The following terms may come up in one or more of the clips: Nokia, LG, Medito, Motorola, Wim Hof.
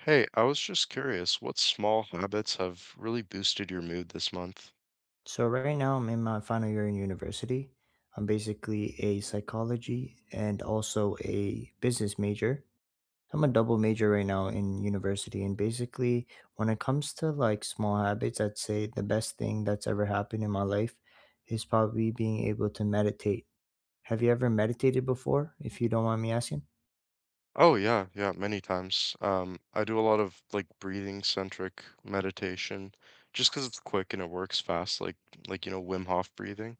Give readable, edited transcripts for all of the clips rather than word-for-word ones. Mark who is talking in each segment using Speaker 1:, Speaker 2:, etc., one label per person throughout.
Speaker 1: Hey, I was just curious, what small habits have really boosted your mood this month?
Speaker 2: So right now I'm in my final year in university. I'm basically a psychology and also a business major. I'm a double major right now in university, and basically when it comes to like small habits, I'd say the best thing that's ever happened in my life is probably being able to meditate. Have you ever meditated before, if you don't mind me asking?
Speaker 1: Oh yeah, yeah, many times. I do a lot of like breathing centric meditation just 'cause it's quick and it works fast, like you know, Wim Hof breathing.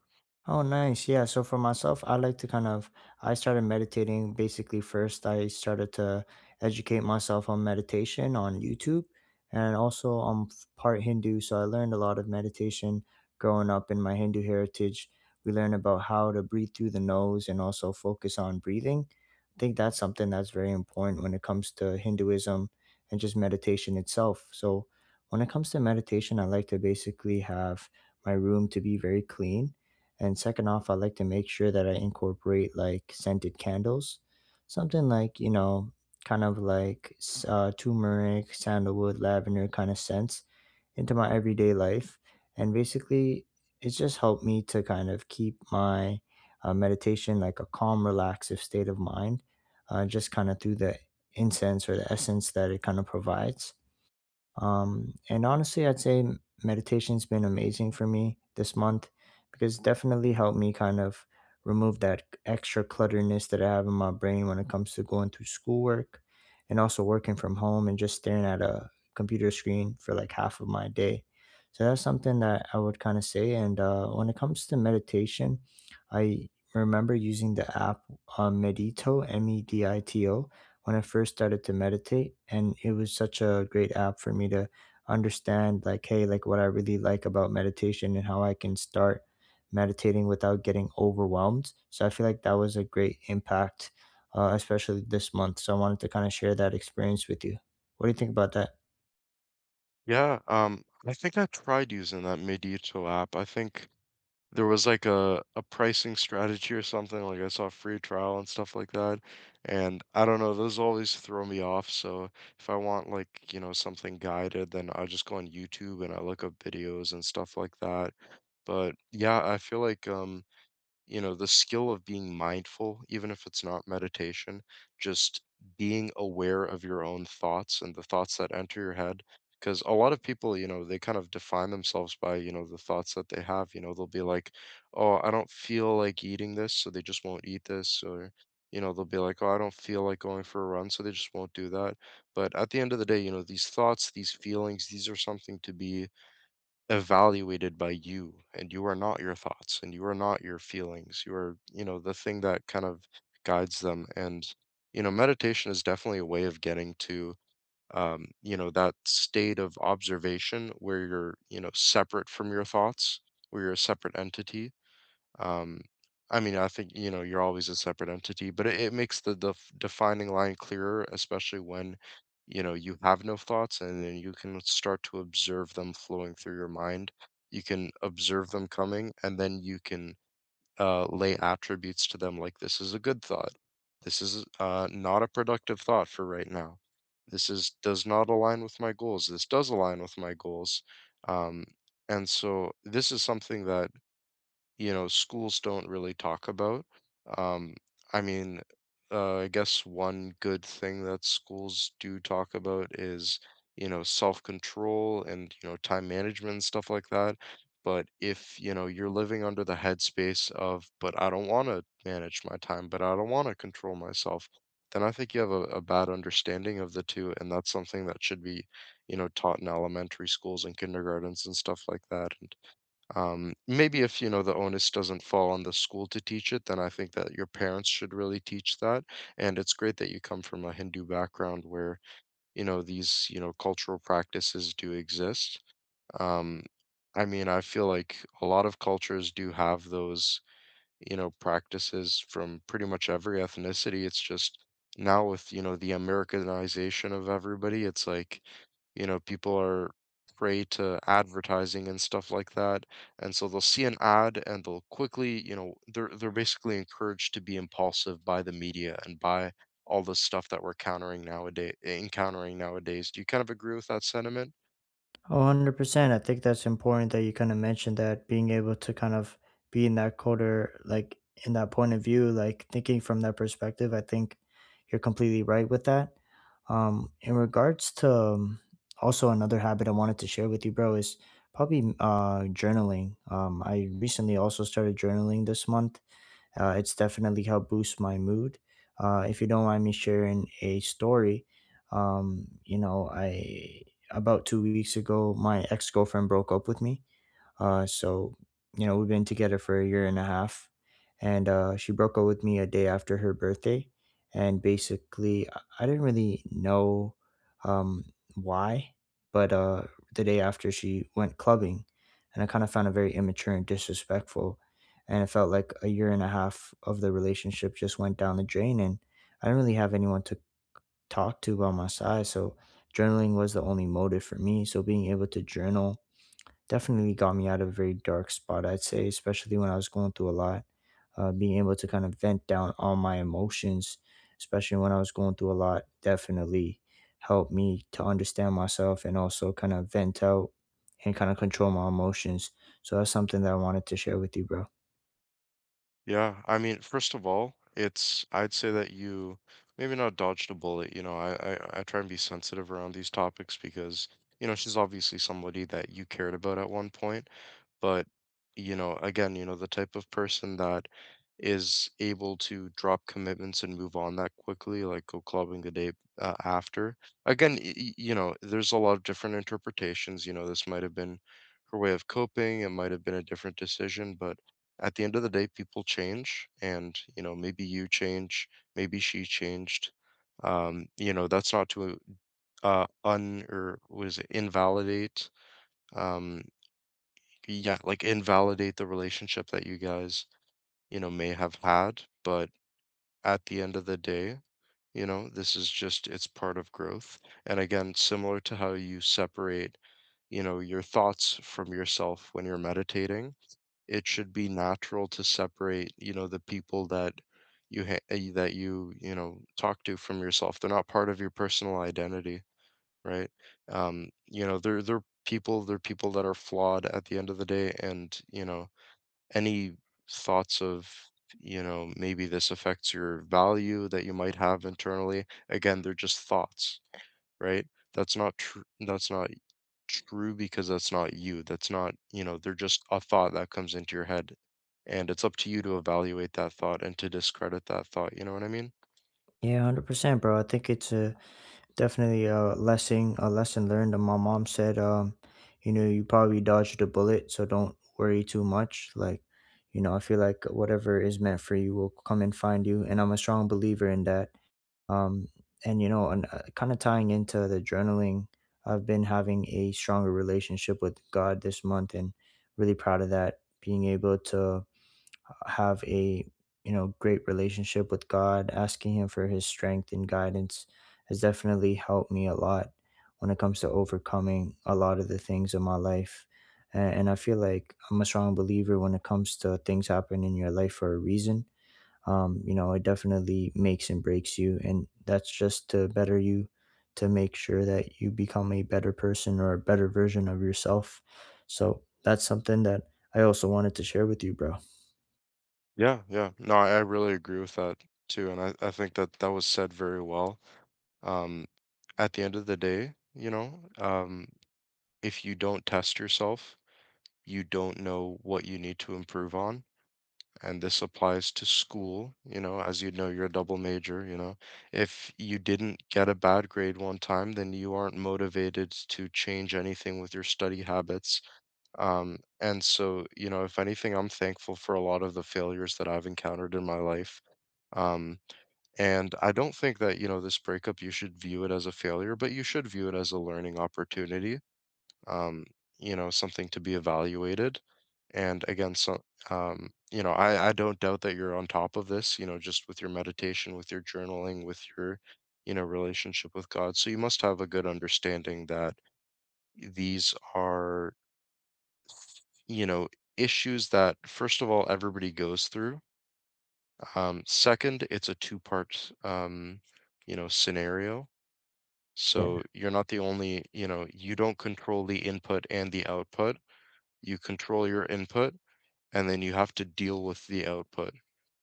Speaker 2: Oh, nice. Yeah. So for myself, I like to kind of, I started meditating basically first. I started to educate myself on meditation on YouTube, and also part Hindu. So I learned a lot of meditation growing up in my Hindu heritage. We learn about how to breathe through the nose and also focus on breathing. I think that's something that's very important when it comes to Hinduism and just meditation itself. So when it comes to meditation, I like to basically have my room to be very clean, and second off, I like to make sure that I incorporate like scented candles, something like, you know, kind of like turmeric, sandalwood, lavender kind of scents into my everyday life. And basically, it's just helped me to kind of keep my meditation like a calm, relaxive state of mind, just kind of through the incense or the essence that it kind of provides. And honestly, I'd say meditation's been amazing for me this month because it definitely helped me kind of remove that extra clutterness that I have in my brain when it comes to going through schoolwork and also working from home and just staring at a computer screen for like half of my day. So that's something that I would kind of say. And when it comes to meditation, I remember using the app Medito, M E D I T O, when I first started to meditate. And it was such a great app for me to understand, like, hey, like what I really like about meditation and how I can start meditating without getting overwhelmed. So I feel like that was a great impact, especially this month. So I wanted to kind of share that experience with you. What do you think about that?
Speaker 1: Yeah, I think I tried using that Medito app. I think there was like a pricing strategy or something, like I saw free trial and stuff like that, and I don't know, those always throw me off, so if I want like, you know, something guided, then I just go on YouTube and I look up videos and stuff like that. But yeah, I feel like you know, the skill of being mindful, even if it's not meditation, just being aware of your own thoughts and the thoughts that enter your head, because a lot of people, you know, they kind of define themselves by, you know, the thoughts that they have. You know, they'll be like, oh, I don't feel like eating this, so they just won't eat this, or, you know, they'll be like, oh, I don't feel like going for a run, so they just won't do that. But at the end of the day, you know, these thoughts, these feelings, these are something to be evaluated by you. And you are not your thoughts and you are not your feelings. You are, you know, the thing that kind of guides them. And you know, meditation is definitely a way of getting to, you know, that state of observation where you're, you know, separate from your thoughts, where you're a separate entity. um, I mean, I think, you know, you're always a separate entity, but it makes the defining line clearer, especially when, you know, you have no thoughts and then you can start to observe them flowing through your mind. You can observe them coming, and then you can lay attributes to them, like this is a good thought. This is not a productive thought for right now. This is does not align with my goals. This does align with my goals. Um, and so this is something that, you know, schools don't really talk about. Um, I mean, I guess one good thing that schools do talk about is, you know, self-control and, you know, time management and stuff like that. But if, you know, you're living under the headspace of, but I don't want to manage my time, but I don't want to control myself, then I think you have a bad understanding of the two. And that's something that should be, you know, taught in elementary schools and kindergartens and stuff like that. Maybe if you know the onus doesn't fall on the school to teach it, then I think that your parents should really teach that. And it's great that you come from a Hindu background where, you know, these, you know, cultural practices do exist. Um, I mean, I feel like a lot of cultures do have those, you know, practices from pretty much every ethnicity. It's just now with, you know, the Americanization of everybody, it's like, you know, people are prey to advertising and stuff like that. And so they'll see an ad and they'll quickly, you know, they're basically encouraged to be impulsive by the media and by all the stuff that we're countering nowadays encountering nowadays. Do you kind of agree with that sentiment?
Speaker 2: 100%. I think that's important that you kind of mentioned that being able to kind of be in that quarter, like in that point of view, like thinking from that perspective, I think you're completely right with that. In regards to also another habit I wanted to share with you, bro, is probably journaling. I recently also started journaling this month. It's definitely helped boost my mood. If you don't mind me sharing a story, you know, I about two weeks ago, my ex girlfriend broke up with me, so, you know, we've been together for a year and a half, and she broke up with me a day after her birthday. And basically, I didn't really know, um, why, but the day after she went clubbing, and I kind of found it very immature and disrespectful. And it felt like a year and a half of the relationship just went down the drain, and I didn't really have anyone to talk to by my side. So, journaling was the only motive for me. So, being able to journal definitely got me out of a very dark spot, I'd say, especially when I was going through a lot. Being able to kind of vent down all my emotions, especially when I was going through a lot, definitely helped me to understand myself and also kind of vent out and kind of control my emotions. So that's something that I wanted to share with you, bro.
Speaker 1: Yeah, I mean, first of all, it's I'd say that you maybe not dodged a bullet. You know, I try and be sensitive around these topics because, you know, she's obviously somebody that you cared about at one point. But, you know, again, you know, the type of person that is able to drop commitments and move on that quickly, like go clubbing the day after. Again, you know, there's a lot of different interpretations. You know, this might have been her way of coping, it might have been a different decision, but at the end of the day, people change. And, you know, maybe you change, maybe she changed. You know, that's not to un or was invalidate um invalidate the relationship that you guys, you know, may have had. But at the end of the day, you know, this is just, it's part of growth. And again, similar to how you separate, you know, your thoughts from yourself when you're meditating, it should be natural to separate, you know, the people that that you know, talk to from yourself. They're not part of your personal identity, right? You know, they're people, they're people that are flawed at the end of the day. And you know, any thoughts of, you know, maybe this affects your value that you might have internally? Again, they're just thoughts, right? That's not true. That's not true, because that's not you. That's not, you know, they're just a thought that comes into your head. And it's up to you to evaluate that thought and to discredit that thought. You know what I mean?
Speaker 2: Yeah, 100%, bro. I think it's a Definitely a lesson learned. And my mom said, you know, you probably dodged a bullet, so don't worry too much. Like, you know, I feel like whatever is meant for you will come and find you. And I'm a strong believer in that. Um, and you know, and kind of tying into the journaling, I've been having a stronger relationship with God this month, and really proud of that. Being able to have a you know great relationship with God, asking Him for His strength and guidance has definitely helped me a lot when it comes to overcoming a lot of the things in my life. And I feel like I'm a strong believer when it comes to things happen in your life for a reason. You know, it definitely makes and breaks you, and that's just to better you, to make sure that you become a better person or a better version of yourself. So that's something that I also wanted to share with you, bro.
Speaker 1: Yeah, yeah. No, I really agree with that too. And I think that that was said very well. Um, at the end of the day, you know, if you don't test yourself, you don't know what you need to improve on. And this applies to school, you know, as you know, you're a double major, you know. If you didn't get a bad grade one time, then you aren't motivated to change anything with your study habits. And so, you know, if anything, I'm thankful for a lot of the failures that I've encountered in my life. Um, and I don't think that, you know, this breakup, you should view it as a failure, but you should view it as a learning opportunity, um, you know, something to be evaluated. And again, so, you know, I don't doubt that you're on top of this, you know, just with your meditation, with your journaling, with your, you know, relationship with God. So you must have a good understanding that these are, you know, issues that, first of all, everybody goes through. Second, it's a two part, you know, scenario.
Speaker 2: Yeah,
Speaker 1: So you're not the only, you know, you don't control the input and the output. You control your input, and then you have to deal with the output.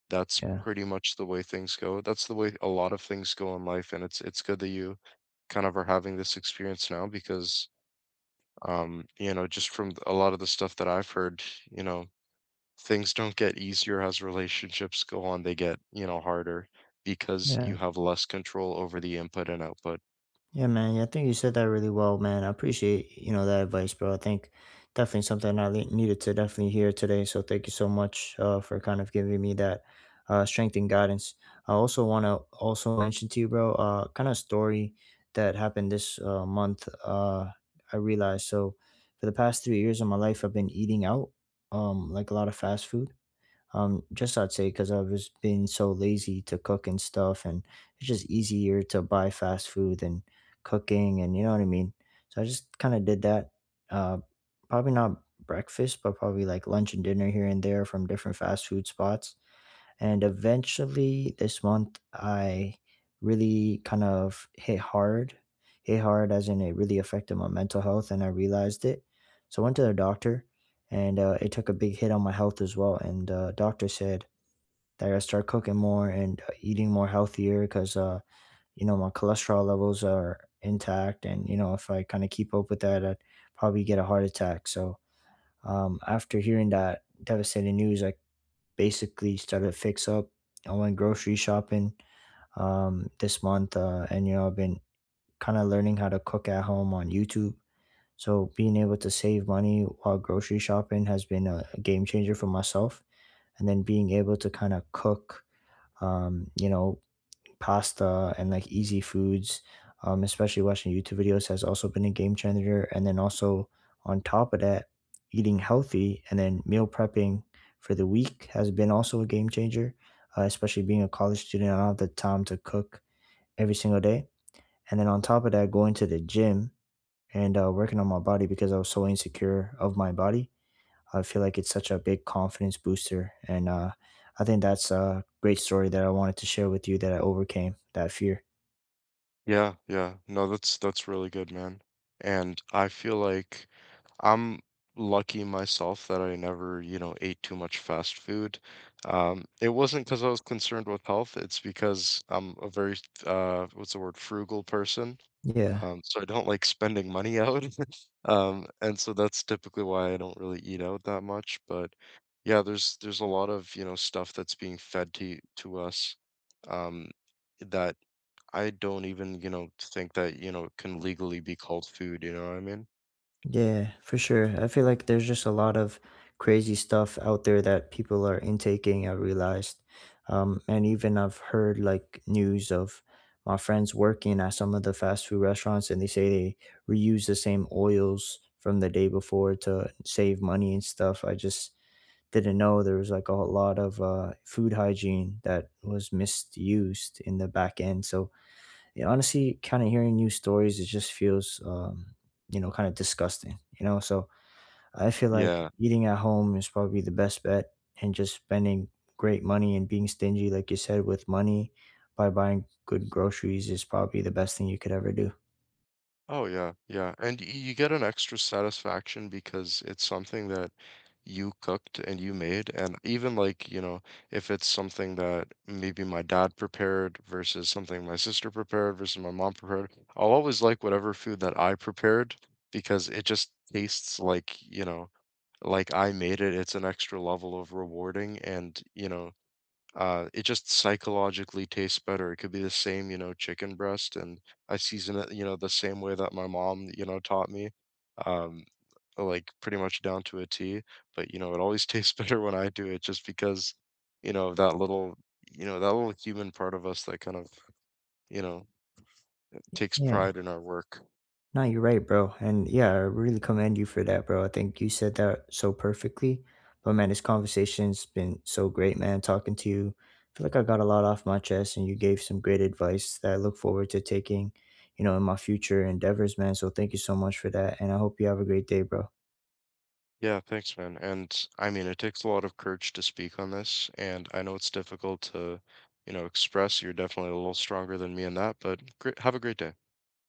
Speaker 1: That's
Speaker 2: yeah.
Speaker 1: pretty much the way things go. That's the way a lot of things go in life. And it's good that you kind of are having this experience now because you know, just from a lot of the stuff that I've heard, you know, things don't get easier as relationships go on, they get, you know, harder, because you
Speaker 2: Yeah.
Speaker 1: have less control over the input and output.
Speaker 2: Yeah, man. Yeah, I think you said that really well, man. I appreciate, you know, that advice, bro. I think definitely something needed to definitely hear today. So thank you so much for kind of giving me that strength and guidance. I also want to also mention to you, bro, kind of story that happened this month. I realized so for the past three years of my life, I've been eating out, like a lot of fast food. Just I'd say because I was being so lazy to cook and stuff, and it's just easier to buy fast food than cooking, and you know what I mean. So I just kind of did that. Uh, Probably not breakfast, but probably like lunch and dinner here and there from different fast food spots. And eventually this month, I really kind of hit hard as in it really affected my mental health and I realized it. So I went to the doctor, and it took a big hit on my health as well. And doctor said that I gotta start cooking more and eating more healthier because, you know, my cholesterol levels are intact. And, you know, if I kind of keep up with that, I'd probably get a heart attack. So after hearing that devastating news, I basically started a fix up. I went grocery shopping this month, and you know, I've been kind of learning how to cook at home on YouTube. So being able to save money while grocery shopping has been a game changer for myself. And then being able to kind of cook, you know, pasta and like easy foods, especially watching YouTube videos has also been a game changer. And then also on top of that, eating healthy and then meal prepping for the week has been also a game changer, especially being a college student. I don't have the time to cook every single day. And then on top of that, going to the gym and working on my body because I was so insecure of my body. I feel like it's such a big confidence booster. And I think that's a great story that I wanted to share with you that I overcame that fear.
Speaker 1: Yeah, yeah. No, that's really good, man. And I feel like I'm lucky myself that I never, you know, ate too much fast food. It wasn't because I was concerned with health. It's because I'm a very, what's the word, frugal person.
Speaker 2: Yeah,
Speaker 1: So I don't like spending money out. And so that's typically why I don't really eat out that much. But yeah, there's a lot of, you know, stuff that's being fed to us, um, that I don't even, you know, think that, you know, it can legally be called food, you know what I mean?
Speaker 2: yeah, for sure. I feel like there's just a lot of crazy stuff out there that people are intaking, I realized. And even I've heard like news of my friends working at some of the fast food restaurants, and they say they reuse the same oils from the day before to save money and stuff. I just didn't know there was like a lot of food hygiene that was misused in the back end. So and honestly, kind of hearing new stories, it just feels, you know, kind of disgusting, you know? So I feel like
Speaker 1: Yeah.
Speaker 2: eating at home is probably the best bet and just spending great money and being stingy, like you said, with money by buying good groceries is probably the best thing you could ever do.
Speaker 1: Oh yeah, yeah. And y you get an extra satisfaction because it's something that you cooked and you made. And even like, you know, if it's something that maybe my dad prepared versus something my sister prepared versus my mom prepared, I'll always like whatever food that I prepared because it just tastes like, you know, like I made it. It's an extra level of rewarding, and, you know, it just psychologically tastes better. It could be the same, you know, chicken breast, and I season it, you know, the same way that my mom, you know, taught me, um, like pretty much down to a T. But you know, it always tastes better when I do it, just because, you know, that little, you know, that little human part of us that kind of, you know, takes
Speaker 2: Yeah.
Speaker 1: pride in our work.
Speaker 2: No, you're right, bro. And yeah, I really commend you for that, bro. I think you said that so perfectly. But man, this conversation's been so great, man, talking to you. I feel like I got a lot off my chest and you gave some great advice that I look forward to taking, you know, in my future endeavors, man. So thank you so much for that. And I hope you have a great day, bro.
Speaker 1: Yeah, thanks, man. And I mean, it takes a lot of courage to speak on this, and I know it's difficult to, you know, express. You're definitely a little stronger than me in that, but great, have a great day.